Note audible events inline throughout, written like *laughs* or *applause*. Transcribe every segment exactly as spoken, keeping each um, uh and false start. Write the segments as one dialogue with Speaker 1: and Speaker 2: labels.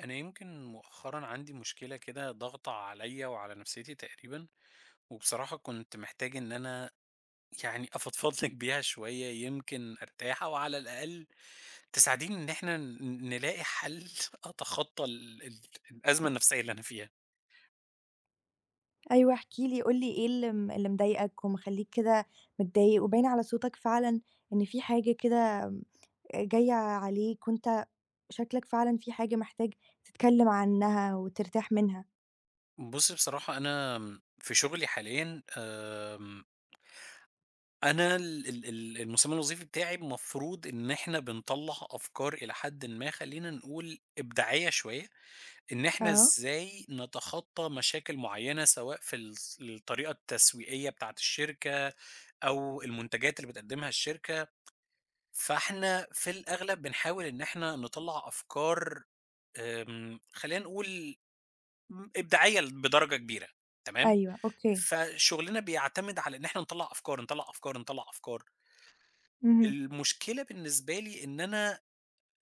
Speaker 1: أنا يمكن مؤخرًا عندي مشكلة كده ضاغطة عليّا وعلى نفسيتي تقريبًا، وبصراحة كنت محتاج إن أنا يعني أفضفض لِك *laughs* بيها شوية يمكن أرتاح أو على الأقل تساعديني إن إحنا ن نلاقي حل *laughs* أتخطى ال ال الأزمة النفسية اللي أنا فيها.
Speaker 2: أيوه احكِ لي، قُل لي إيه اللي م اللي مضايقك ومخلّيك كده متضايق، وباين على صوتك فعلًا إن في حاجة كده جاية عليك، وأنت شكلك فعلًا في حاجة محتاج تتكلّم عنها وترتاح منها.
Speaker 1: بُصّي بصراحة أنا في شغلي حاليًا آمم، أنا ال ال ال المسمى الوظيفي بتاعي المفروض إن إحنا بنطلّع أفكار إلى حدٍ ما خلّينا نقول إبداعية شوية. إن إحنا
Speaker 2: آه.
Speaker 1: إزاي نتخطّى مشاكل معيّنة سواء في الص الطريقة التسويقية بتاعة الشركة أو المنتجات اللي بتقدّمها الشركة، فإحنا في الأغلب بنحاول إن إحنا نطلّع أفكار آمم، خلّينا نقول م إبداعية ل بدرجة كبيرة تمام،
Speaker 2: أيوه. أوكي.
Speaker 1: فشُغلنا بيعتمد على إن إحنا نطلّع أفكار، نطلّع أفكار، نطلّع أفكار.
Speaker 2: اهم.
Speaker 1: المشكلة بالنسبة لي إن أنا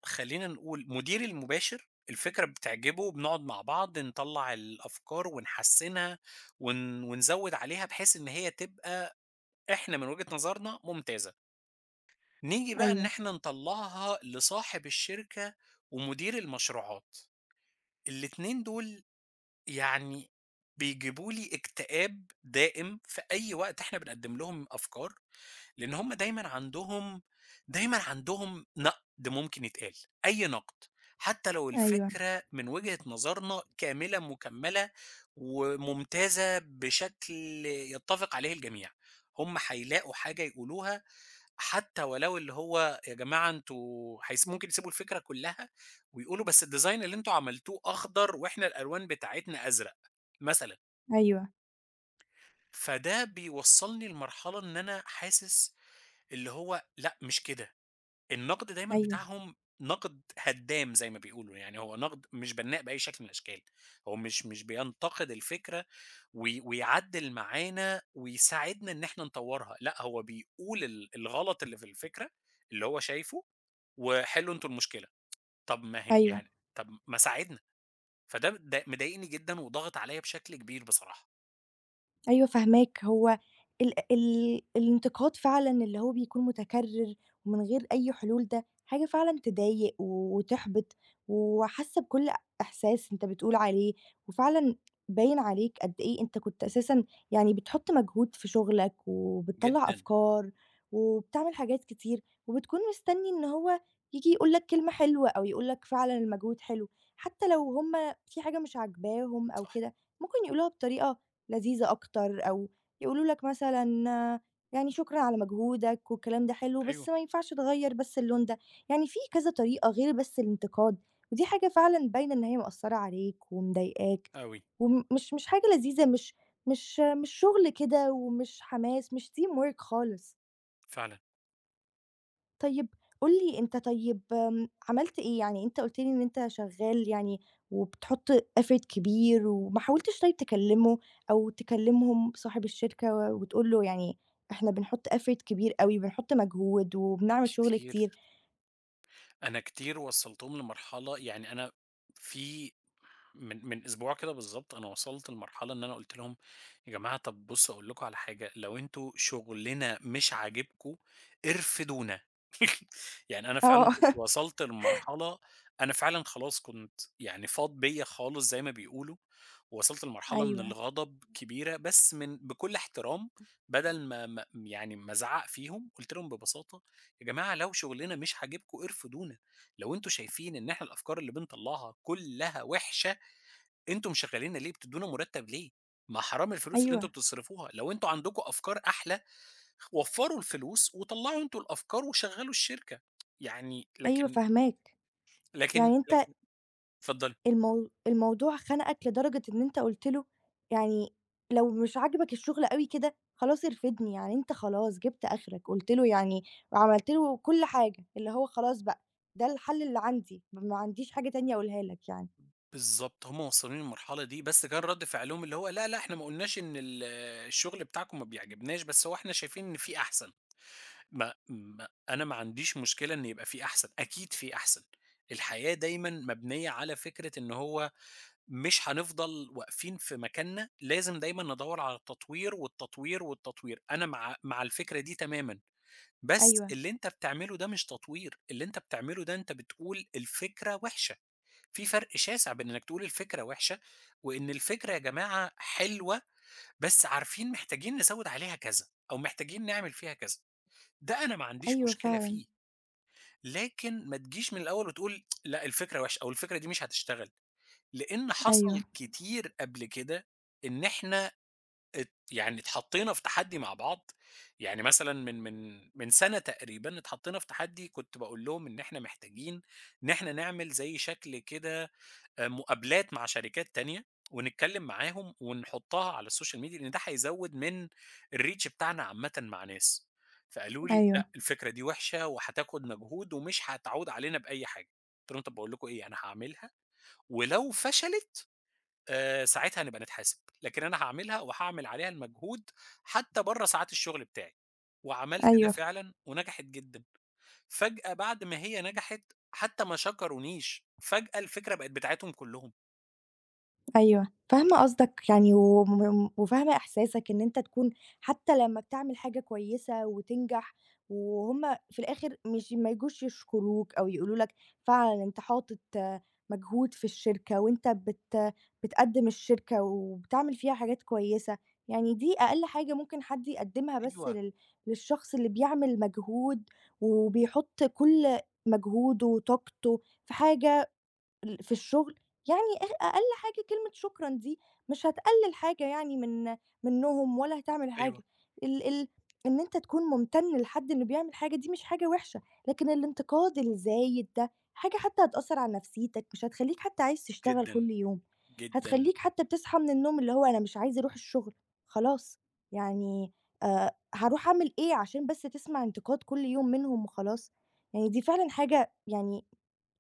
Speaker 1: خلّينا نقول مديري المباشر الفكرة بتعجبه، بنقعد مع بعض نطلّع الأفكار ونحسّنها ون ونزوّد عليها بحيث إن هي تبقى إحنا من وجهة نظرنا ممتازة. نيجي بقى إن
Speaker 2: أيوه.
Speaker 1: إحنا نطلّعها لصاحب الشركة ومدير المشروعات، الاتنين دول يعني بيجيبوا لي اكتئاب دائم في أي وقت إحنا بنقدّم لهم أفكار لأن هم دايمًا عندهم دايمًا عندهم نقد ممكن يتقال، أي نقد، حتى لو
Speaker 2: أيوه.
Speaker 1: الفكرة من وجهة نظرنا كاملة مُكمّلة وممتازة بشكل يتّفق عليه الجميع، هم هيلاقوا حاجة يقولوها حتى ولو اللي هو يا جماعة أنتم هيس ممكن يسيبوا الفكرة كلّها ويقولوا بس الdesign اللي أنتم عملتوه أخضر وإحنا الألوان بتاعتنا أزرق مثلًا.
Speaker 2: أيوه.
Speaker 1: فده بيوصّلني لمرحلة إن أنا حاسس اللي هو لأ مش كده، النقد دايمًا
Speaker 2: أيوه.
Speaker 1: بتاعهم نقد هدّام زي ما بيقولوا، يعني هو نقد مش بنّاء بأي شكل من الأشكال، هو مش مش بينتقد الفكرة وي ويعدّل معانا ويساعدنا إن إحنا نطوّرها، لأ هو بيقول ال الغلط اللي في الفكرة اللي هو شايفه، وحلّوا أنتم المشكلة، طَب ما هي
Speaker 2: أيوه.
Speaker 1: يعني طَب ما ساعدنا، فده د مضايقني جدًا وضاغط عليَّ بشكل كبير بصراحة،
Speaker 2: أيوه فاهماك، هو ال ال الانتقاد فعلًا اللي هو بيكون متكرر ومن غير أي حلول، ده حاجة فعلًا تضايق وتحبط، وحاسة بكل إحساس أنت بتقول عليه، وفعلًا باين عليك قد إيه أنت كنت أساسًا يعني بتحط مجهود في شغلك، وبتطلّع
Speaker 1: جدًا،
Speaker 2: أفكار، وبتعمل حاجات كتير، وبتكون مستني إن هو ييجي يقول لك كلمة حلوة، أو يقول لك فعلًا المجهود حلو. حتى لو هُم في حاجة مش عاجباهم أو
Speaker 1: صح،
Speaker 2: كده، ممكن يقولوها بطريقة لذيذة أكتر، أو يقولوا لك مثلًا آه، يعني شكرًا على مجهودك والكلام ده حلو،
Speaker 1: أيوه،
Speaker 2: بس ما ينفعش تغيّر بس اللون ده. يعني في كذا طريقة غير بس الانتقاد، ودي حاجة فعلًا باينة إن هي مأثّرة عليك ومضايقاك،
Speaker 1: أوي.
Speaker 2: ومش مش حاجة لذيذة، مش مش مش شغل كده، ومش حماس، مش team work خالص.
Speaker 1: فعلًا،
Speaker 2: طيب قُل لي أنت، طيب آمم، عملت إيه؟ يعني أنت قُلت لي إن أنت شغّال يعني وبتحُط effort كبير، وما حاولتش طيب تكلّمه أو تكلّمهم صاحب الشركة و وتقول له يعني إحنا بنحُط effort كبير أوي، بنحُط مجهود وبنعمل شغل
Speaker 1: كتير،
Speaker 2: كتير.
Speaker 1: أنا كتير وصّلتهم لمرحلة يعني أنا في من من أسبوع كده بالضبط أنا وصلت لمرحلة إن أنا قُلت لهم: "يا جماعة طب بُصّوا أقول لكم على حاجة، لو أنتم شغلنا مش عاجبكم ارفدونا." *laughs* يعني أنا
Speaker 2: آه.
Speaker 1: فعلًا كنت
Speaker 2: *laughs*
Speaker 1: وصلت لمرحلة أنا فعلًا خلاص كنت يعني فاض بيّا خالص زي ما بيقولوا، ووصلت لمرحلة من
Speaker 2: أيوه.
Speaker 1: الغضب كبيرة، بس من بكل احترام بدل ما ما يعني ما أزعّق فيهم، قُلت لهم ببساطة: "يا جماعة لو شغلنا مش عاجبكم ارفدونا، لو أنتم شايفين إن إحنا الأفكار اللي بنطلّعها كلّها وِحشة" أنتم مشغّلينّا ليه، بتدّونا مُرتّب ليه؟ ما حرام الفلوس اللي أنتم
Speaker 2: أيوه.
Speaker 1: بتصرفوها، لو أنتم عندكم أفكار أحلى وفّروا الفلوس وطلّعوا أنتم الأفكار وشغّلوا الشركة، يعني
Speaker 2: أيوه
Speaker 1: لكن
Speaker 2: فاهماك.
Speaker 1: لكن
Speaker 2: يعني أنت
Speaker 1: لكن اتفضّلي.
Speaker 2: المو الموضوع خنقك لدرجة إن أنت قُلت له يعني لو مش عاجبك الشغل أوي كده، خلاص ارفدني، يعني أنت خلاص جِبت آخرك، قُلت له يعني وعملت له كل حاجة، اللي هو خلاص بقى ده الحل اللي عندي، ما عنديش حاجة تانية أقولها لك يعني.
Speaker 1: بالضبط، هم موصّلينّي للمرحلة دي، بس كان رَد فعلهم اللي هو "لا، لأ، إحنا ما قُلناش إن ال الشغل بتاعكم ما بيعجبناش، بس هو إحنا شايفين إن في أحسن." ما ما أنا ما عنديش مشكلة إن يبقى في أحسن، أكيد في أحسن، الحياة دايمًا مبنية على فكرة إن هو مش هنفضل واقفين في مكاننا، لازم دايمًا ندوّر على التطوير، والتطوير، والتطوير، أنا مع مع الفكرة دي تمامًا، بس
Speaker 2: أيوه.
Speaker 1: اللي أنت بتعمله ده مش تطوير، اللي أنت بتعمله ده أنت بتقول الفكرة وِحشة، في فرق شاسع بين إنك تقول الفكرة وِحشة، وإن الفكرة يا جماعة حلوة بس عارفين محتاجين نزوّد عليها كذا، أو محتاجين نعمل فيها كذا، ده أنا ما عنديش
Speaker 2: أيوه
Speaker 1: مشكلة
Speaker 2: فعلًا.
Speaker 1: فيه، لكن ما تجيش من الأول وتقول لأ الفكرة وِحشة، أو الفكرة دي مش هتشتغل. لإن حصل
Speaker 2: أيوه.
Speaker 1: كتير قبل كده إن إحنا ات يعني اتحطّينا في تحدّي مع بعض، يعني مثلًا من من من سَنة تقريبًا اتحطّينا في تحدّي كنت باقول لهم إن إحنا محتاجين إن إحنا نعمل زي شكل كده آآ مقابلات مع شركات تانية ونتكلّم معاهم ونحُطّها على السوشيال ميديا لإن ده هيزوّد من الreach بتاعنا عامةً مع ناس. فقالوا لي:
Speaker 2: أيوه.
Speaker 1: "لأ، الفكرة دي وِحشة وهتاخُد مجهود ومش هتعود علينا بأي حاجة." قُلت لهم: "طَب باقول لكم إيه، أنا هاعملها ولو فشلت آآ ساعتها نبقى نتحاسب، لكن أنا هاعملها وهاعمل عليها المجهود حتى برّه ساعات الشغل بتاعي، وعملت ده
Speaker 2: أيوه.
Speaker 1: فعلًا ونجحت جدًا، فجأة بعد ما هي نجحت حتى ما شكرونيش، فجأة الفكرة بقت بتاعتهم كلّهم.
Speaker 2: أيوه، فاهمة قصدك يعني وم وفاهمة إحساسك، إن أنت تكون حتى لمّا بتعمل حاجة كويسة وتنجح، وهُم في الآخر مش ما يجوش يشكروك أو يقولوا لك فعلًا أنت حاطط آه، مجهود في الشركة، وأنت بت بتقدّم الشركة وبتعمل فيها حاجات كويسة. يعني دي أقل حاجة ممكن حد يقدّمها، بس
Speaker 1: أيوه،
Speaker 2: لل للشخص اللي بيعمل مجهود وبيحط كل مجهوده وطاقته في حاجة ال في الشغل. يعني أ أقل حاجة كلمة شكرًا دي مش هتقلل حاجة يعني من منّهم ولا هتعمل
Speaker 1: أيوه،
Speaker 2: حاجة. ال ال إن أنت تكون ممتن للحد إنه بيعمل حاجة، دي مش حاجة وحشة. لكن الانتقاد الزايد ده حاجة حتى هتأثّر على نفسيتك، مش هتخلّيك حتى عايز تشتغل
Speaker 1: جدًا،
Speaker 2: كل يوم.
Speaker 1: جدًا،
Speaker 2: هتخلّيك حتى بتصحى من النوم اللي هو أنا مش عايز أروح الشغل، خلاص، يعني آآ هاروح أعمل إيه عشان بس تسمع انتقاد كل يوم منهم وخلاص؟ يعني دي فعلًا حاجة يعني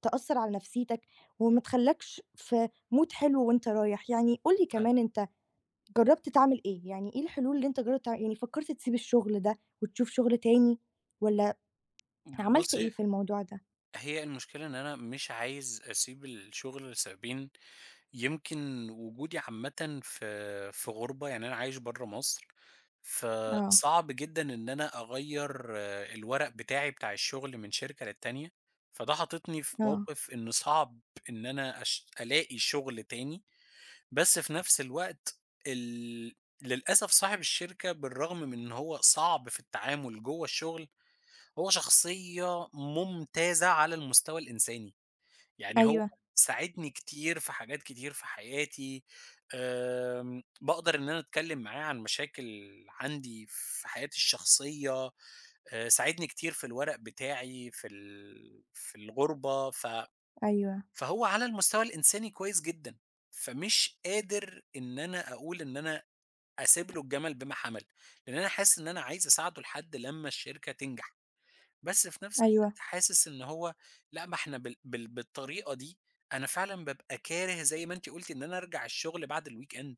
Speaker 2: تأثّر على نفسيتك وما تخلّكش في mood حلو وأنت رايح. يعني قُل لي
Speaker 1: فعلًا.
Speaker 2: كمان أنت جرّبت تعمل إيه؟ يعني إيه الحلول اللي أنت جرّبت تع يعني فكّرت تسيب الشغل ده وتشوف شغل تاني، والّا عملت
Speaker 1: بُصّي،
Speaker 2: إيه في الموضوع ده؟
Speaker 1: هي المشكلة إن أنا مش عايز أسيب الشغل لسببين يمكن وجودي عامةً في في غُربة، يعني أنا عايش برّه مصر،
Speaker 2: آه.
Speaker 1: فصعب جدًا إن أنا أغيّر آه، الورق بتاعي بتاع الشغل من شركة للتانية، فده حاططني في
Speaker 2: آه.
Speaker 1: موقف إن صعب إن أنا أش ألاقي شغل تاني، بس في نفس الوقت ال للأسف صاحب الشركة بالرغم من إن هو صعب في التعامل جوّه الشغل، هو شخصية ممتازة على المستوى الإنساني. يعني هو
Speaker 2: أيوه.
Speaker 1: ساعدني كتير في حاجات كتير في حياتي، آمم، باقدر إن أنا أتكلّم معاه عن مشاكل عندي في حياتي الشخصية، آآ، ساعدني كتير في الورق بتاعي في ال في الغُربة، ف
Speaker 2: أيوه.
Speaker 1: فهو على المستوى الإنساني كويس جدًا، فمش قادر إن أنا أقول إن أنا أسيب له الجمل بما حمل، لإن أنا حاسس إن أنا عايز أساعده لحد لمّا الشركة تنجح. بس في نفس
Speaker 2: أيوه.
Speaker 1: الوقت حاسس إن هو لأ، ما إحنا بال بال بالطريقة دي أنا فعلًا بابقى كاره زي ما أنتِ قُلتِ إن أنا أرجع الشغل بعد الweekend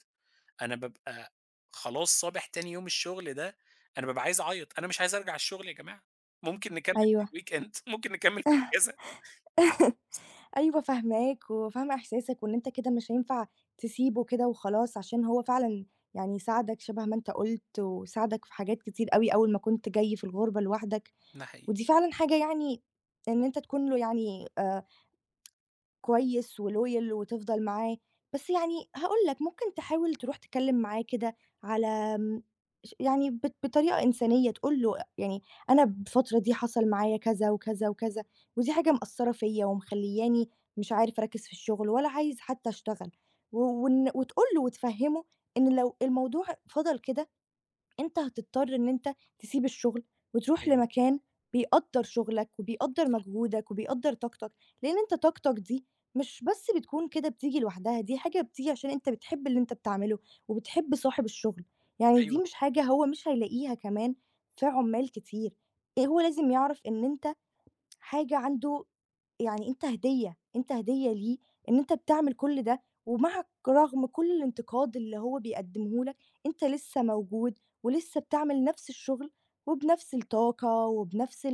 Speaker 1: أنا بابقى خلاص صابح تاني يوم الشغل ده، أنا بابقى عايز أعيط، أنا مش عايز أرجع الشغل يا جماعة، ممكن نكمّل في
Speaker 2: أيوه.
Speaker 1: الweekend *laughs* ممكن نكمّل في
Speaker 2: *laughs*
Speaker 1: الإجازة.
Speaker 2: أيوه فاهماك وفاهمة إحساسك، وإن أنت كده مش هينفع تسيبه كده وخلاص، عشان هو فعلًا يعني ساعدك شبه ما أنت قُلت، وساعدك في حاجات كتير أوي أول ما كنت جاي في الغُربة لوحدك.
Speaker 1: ده حقيقي،
Speaker 2: ودي فعلًا حاجة يعني إن أنت تكون له يعني آآ كويس وloyal وتفضل معاه. بس يعني هاقول لك، ممكن تحاول تروح تتكلم معاه كده على آمم ش يعني بط بطريقة إنسانية، تقول له يعني أنا الفترة دي حصل معايا كذا وكذا وكذا، ودي حاجة مأثّرة فيّا ومخلّياني مش عارف أركّز في الشغل ولا عايز حتى أشتغل، و وإن وتقول له وتفهّمه إن لو الموضوع فضل كده أنت هتضطر إن أنت تسيب الشغل وتروح
Speaker 1: أيوه،
Speaker 2: لمكان بيقدّر شغلك وبيقدّر مجهودك وبيقدّر طاقتك. لإن أنت طاقتك دي مش بس بتكون كده بتيجي لوحدها، دي حاجة بتيجي عشان أنت بتحب اللي أنت بتعمله وبتحب صاحب الشغل. يعني دي
Speaker 1: أيوه،
Speaker 2: مش حاجة هو مش هيلاقيها كمان في عُمّال كتير. آآ هو لازم يعرف إن أنت حاجة عنده، يعني أنت هدية، أنت هدية ليه إن أنت بتعمل كل ده، ومعك رغم كل الانتقاد اللي هو بيقدمه لك، أنت لسه موجود ولسه بتعمل نفس الشغل وبنفس الطاقة وبنفس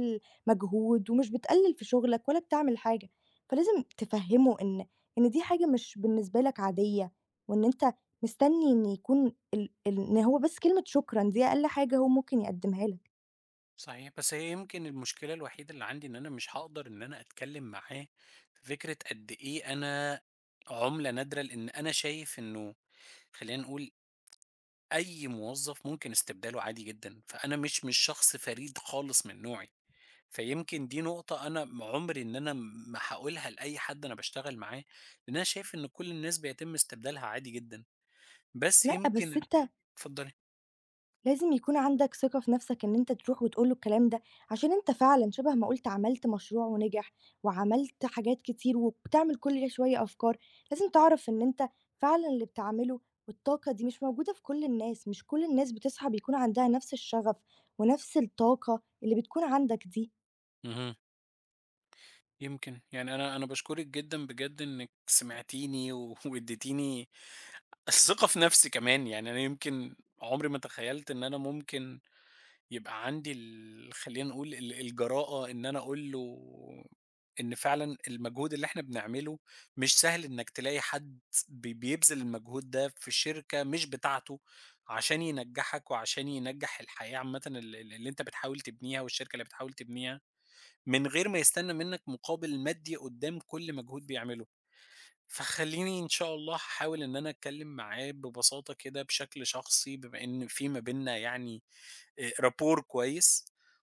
Speaker 2: المجهود، ومش بتقلل في شغلك ولا بتعمل حاجة. فلازم تفهمه إن إن دي حاجة مش بالنسبة لك عادية، وإن أنت مستني إن يكون ال ال إن هو بس كلمة شكرًا دي أقل حاجة هو ممكن يقدمها لك.
Speaker 1: صحيح، بس هي يمكن المشكلة الوحيدة اللي عندي إن أنا مش هاقدر إن أنا أتكلّم معاه في فكرة قد إيه أنا عُملة نادرة، لإن أنا شايف إنه خلّينا نقول أي موظف ممكن استبداله عادي جدًا، فأنا مش مش شخص فريد خالص من نوعي، فيمكن دي نقطة أنا م عمري إن أنا م- ما هاقولها لأي حد أنا باشتغل معاه، لإن أنا شايف إن كل الناس بيتم استبدالها عادي جدًا، بس
Speaker 2: لأ بس
Speaker 1: يمكن
Speaker 2: أنت
Speaker 1: اتفضلي.
Speaker 2: لازم يكون عندك ثقة في نفسك إن أنت تروح وتقول له الكلام ده، عشان أنت فعلًا شبه ما قُلت عملت مشروع ونجح، وعملت حاجات كتير، وبتعمل كل شوية أفكار. لازم تعرف إن أنت فعلًا اللي بتعمله والطاقة دي مش موجودة في كل الناس، مش كل الناس بتصحى بيكون عندها نفس الشغف ونفس الطاقة اللي بتكون عندك دي.
Speaker 1: اهم، يمكن، يعني أنا أنا باشكرِك جدًا بجد إنِّك سمعتيني و *laughs* واديتيني الثقة في نفسي كمان، يعني أنا يمكن عمري ما تخيلت إن أنا ممكن يبقى عندي ال خلّينا نقول ال الجرأة إن أنا أقول له إن فعلًا المجهود اللي إحنا بنعمله مش سهل إنّك تلاقي حد بي بيبذل المجهود ده في شركة مش بتاعته عشان ينجّحك وعشان ينجّح الحياة عامةً ال ال اللي أنت بتحاول تبنيها والشركة اللي بتحاول تبنيها، من غير ما يستنى منّك مقابل مادي قدّام كل مجهود بيعمله. فخلّيني إن شاء الله هاحاول إن أنا أتكلّم معاه ببساطة كده بشكل شخصي بما إن في ما بيننا يعني آآ rapport كويس،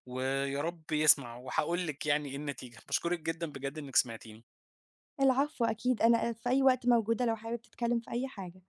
Speaker 1: ويا رب يسمع، وهاقول لِك يعني إيه النتيجة. باشكرِك جدًا بجد إنِّك سمعتيني.
Speaker 2: العفو أكيد، أنا في أي وقت موجودة لو حابب تتكلم في أي حاجة.